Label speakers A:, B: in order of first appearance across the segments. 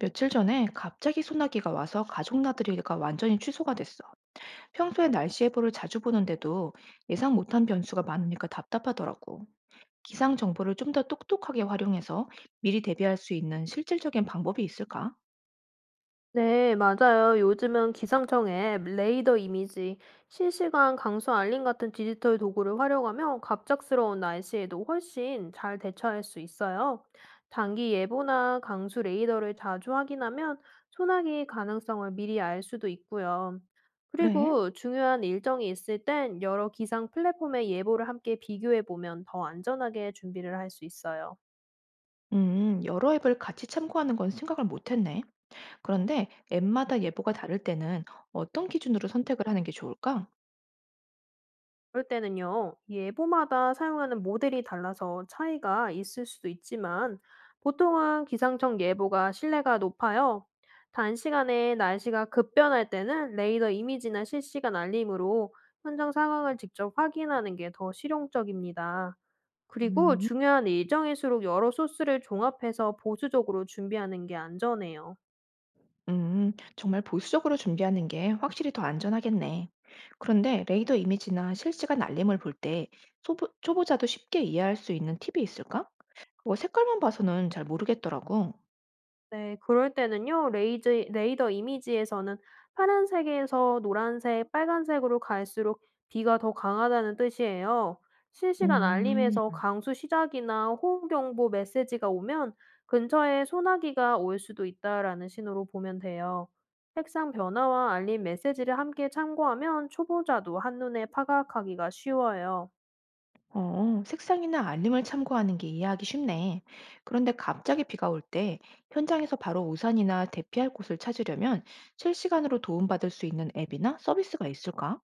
A: 며칠 전에 갑자기 소나기가 와서 가족 나들이가 완전히 취소가 됐어. 평소에 날씨 예보를 자주 보는데도 예상 못한 변수가 많으니까 답답하더라고. 기상 정보를 좀 더 똑똑하게 활용해서 미리 대비할 수 있는 실질적인 방법이 있을까?
B: 네, 맞아요. 요즘은 기상청 앱, 레이더 이미지, 실시간 강수 알림 같은 디지털 도구를 활용하며 갑작스러운 날씨에도 훨씬 잘 대처할 수 있어요. 단기 예보나 강수 레이더를 자주 확인하면 소나기 가능성을 미리 알 수도 있고요.
A: 그래?
B: 그리고 중요한 일정이 있을 땐 여러 기상 플랫폼의 예보를 함께 비교해 보면 더 안전하게 준비를 할 수 있어요.
A: 여러 앱을 같이 참고하는 건 생각을 못했네. 그런데 앱마다 예보가 다를 때는 어떤 기준으로 선택을 하는 게 좋을까?
B: 그럴 때는요, 예보마다 사용하는 모델이 달라서 차이가 있을 수도 있지만, 보통은 기상청 예보가 신뢰가 높아요. 단시간에 날씨가 급변할 때는 레이더 이미지나 실시간 알림으로 현장 상황을 직접 확인하는 게 더 실용적입니다. 그리고
A: 음.
B: 중요한 일정일수록 여러 소스를 종합해서 보수적으로 준비하는 게 안전해요.
A: 정말 보수적으로 준비하는 게 확실히 더 안전하겠네. 그런데 레이더 이미지나 실시간 알림을 볼 때 초보자도 쉽게 이해할 수 있는 팁이 있을까? 그거 색깔만 봐서는 잘 모르겠더라고.
B: 네. 그럴 때는요. 레이저 레이더 이미지에서는 파란색에서 노란색, 빨간색으로 갈수록 비가 더 강하다는 뜻이에요. 실시간
A: 음,
B: 알림에서 강수 시작이나 호우경보 메시지가 오면 근처에 소나기가 올 수도 있다라는 신호로 보면 돼요. 색상 변화와 알림 메시지를 함께 참고하면 초보자도 한눈에 파악하기가 쉬워요.
A: 어, 색상이나 알림을 참고하는 게 이해하기 쉽네. 그런데 갑자기 비가 올 때 현장에서 바로 우산이나 대피할 곳을 찾으려면 실시간으로 도움받을 수 있는 앱이나 서비스가 있을까?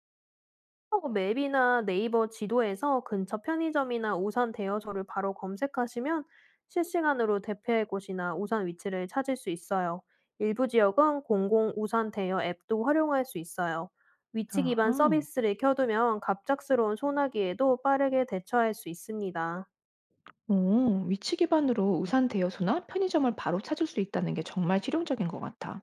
B: 카카오 맵이나 네이버 지도에서 근처 편의점이나 우산 대여소를 바로 검색하시면 실시간으로 대피할 곳이나 우산 위치를 찾을 수 있어요. 일부 지역은 공공 우산 대여 앱도 활용할 수 있어요. 위치 기반
A: 아하.
B: 서비스를 켜두면 갑작스러운 소나기에도 빠르게 대처할 수 있습니다.
A: 오, 위치 기반으로 우산 대여소나 편의점을 바로 찾을 수 있다는 게 정말 실용적인 것 같아.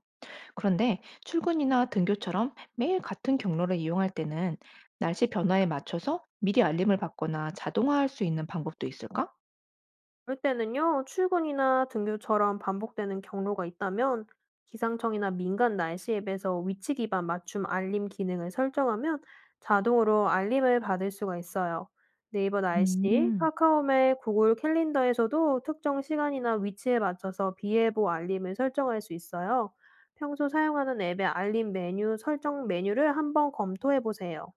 A: 그런데 출근이나 등교처럼 매일 같은 경로를 이용할 때는 날씨 변화에 맞춰서 미리 알림을 받거나 자동화할 수 있는 방법도 있을까?
B: 그럴 때는요, 출근이나 등교처럼 반복되는 경로가 있다면 기상청이나 민간 날씨 앱에서 위치 기반 맞춤 알림 기능을 설정하면 자동으로 알림을 받을 수가 있어요. 네이버 날씨,
A: 음,
B: 카카오맵, 구글 캘린더에서도 특정 시간이나 위치에 맞춰서 비예보 알림을 설정할 수 있어요. 평소 사용하는 앱의 알림 메뉴 설정 메뉴를 한번 검토해 보세요.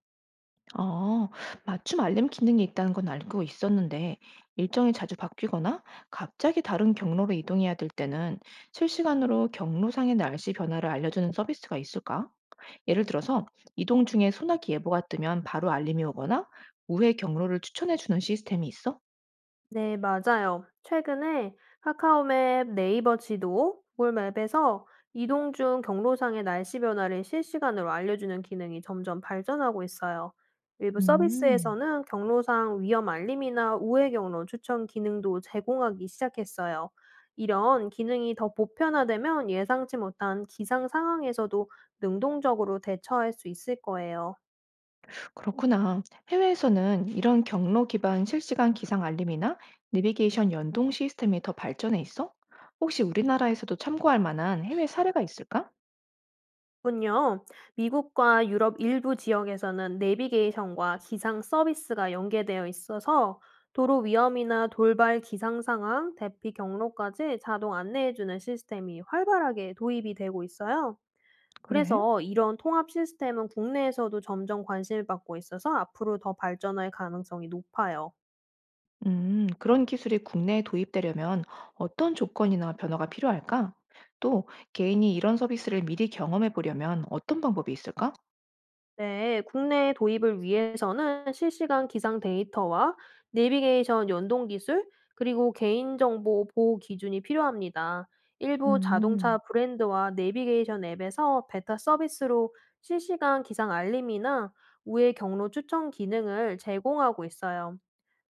A: 아, 맞춤 알림 기능이 있다는 건 알고 있었는데 일정이 자주 바뀌거나 갑자기 다른 경로로 이동해야 될 때는 실시간으로 경로상의 날씨 변화를 알려주는 서비스가 있을까? 예를 들어서 이동 중에 소나기 예보가 뜨면 바로 알림이 오거나 우회 경로를 추천해 주는 시스템이 있어?
B: 네, 맞아요. 최근에 카카오맵, 네이버 지도, 구글 맵에서 이동 중 경로상의 날씨 변화를 실시간으로 알려주는 기능이 점점 발전하고 있어요. 일부
A: 음,
B: 서비스에서는 경로상 위험 알림이나 우회 경로 추천 기능도 제공하기 시작했어요. 이런 기능이 더 보편화되면 예상치 못한 기상 상황에서도 능동적으로 대처할 수 있을 거예요.
A: 그렇구나. 해외에서는 이런 경로 기반 실시간 기상 알림이나 내비게이션 연동 시스템이 더 발전해 있어? 혹시 우리나라에서도 참고할 만한 해외 사례가 있을까?
B: 군요. 미국과 유럽 일부 지역에서는 내비게이션과 기상 서비스가 연계되어 있어서 도로 위험이나 돌발 기상 상황, 대피 경로까지 자동 안내해주는 시스템이 활발하게 도입이 되고 있어요.
A: 그래?
B: 그래서 이런 통합 시스템은 국내에서도 점점 관심을 받고 있어서 앞으로 더 발전할 가능성이 높아요.
A: 그런 기술이 국내에 도입되려면 어떤 조건이나 변화가 필요할까? 또 개인이 이런 서비스를 미리 경험해 보려면 어떤 방법이 있을까?
B: 네, 국내 도입을 위해서는 실시간 기상 데이터와 내비게이션 연동 기술, 그리고 개인정보 보호 기준이 필요합니다. 일부 자동차
A: 음.
B: 브랜드와 내비게이션 앱에서 베타 서비스로 실시간 기상 알림이나 우회 경로 추천 기능을 제공하고 있어요.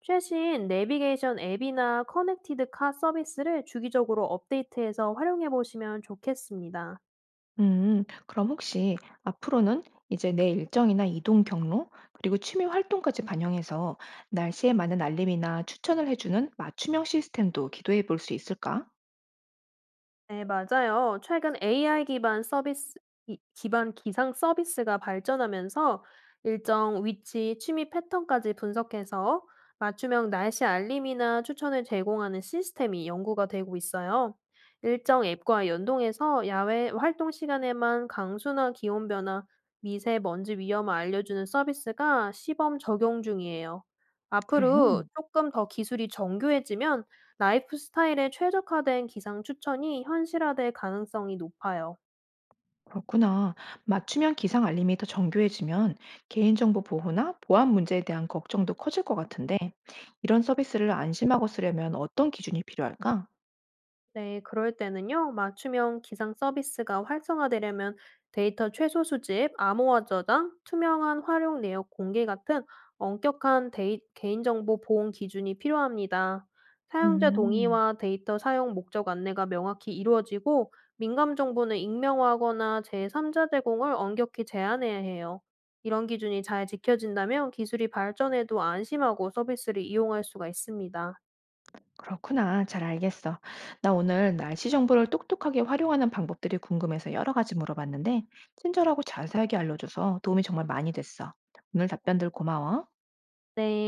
B: 최신 내비게이션 앱이나 커넥티드 카 서비스를 주기적으로 업데이트해서 활용해 보시면 좋겠습니다.
A: 그럼 혹시 앞으로는 이제 내 일정이나 이동 경로, 그리고 취미 활동까지 반영해서 날씨에 맞는 알림이나 추천을 해주는 맞춤형 시스템도 기도해 볼 수 있을까?
B: 네, 맞아요. 최근 AI 기반 서비스, 기반 기상 서비스가 발전하면서 일정 위치, 취미 패턴까지 분석해서 맞춤형 날씨 알림이나 추천을 제공하는 시스템이 연구가 되고 있어요. 일정 앱과 연동해서 야외 활동 시간에만 강수나 기온 변화, 미세먼지 위험을 알려주는 서비스가 시범 적용 중이에요.
A: 그래.
B: 앞으로 조금 더 기술이 정교해지면 라이프 스타일에 최적화된 기상 추천이 현실화될 가능성이 높아요.
A: 그렇구나. 맞춤형 기상 알림이 더 정교해지면 개인정보 보호나 보안 문제에 대한 걱정도 커질 것 같은데, 이런 서비스를 안심하고 쓰려면 어떤 기준이 필요할까?
B: 네, 그럴 때는요, 맞춤형 기상 서비스가 활성화되려면 데이터 최소 수집, 암호화 저장, 투명한 활용 내역 공개 같은 엄격한 개인정보 보호 기준이 필요합니다. 사용자
A: 음.
B: 동의와 데이터 사용 목적 안내가 명확히 이루어지고, 민감 정보는 익명화하거나 제3자 제공을 엄격히 제한해야 해요. 이런 기준이 잘 지켜진다면 기술이 발전해도 안심하고 서비스를 이용할 수가 있습니다.
A: 그렇구나. 잘 알겠어. 나 오늘 날씨 정보를 똑똑하게 활용하는 방법들이 궁금해서 여러 가지 물어봤는데, 친절하고 자세하게 알려줘서 도움이 정말 많이 됐어. 오늘 답변들 고마워.
B: 네.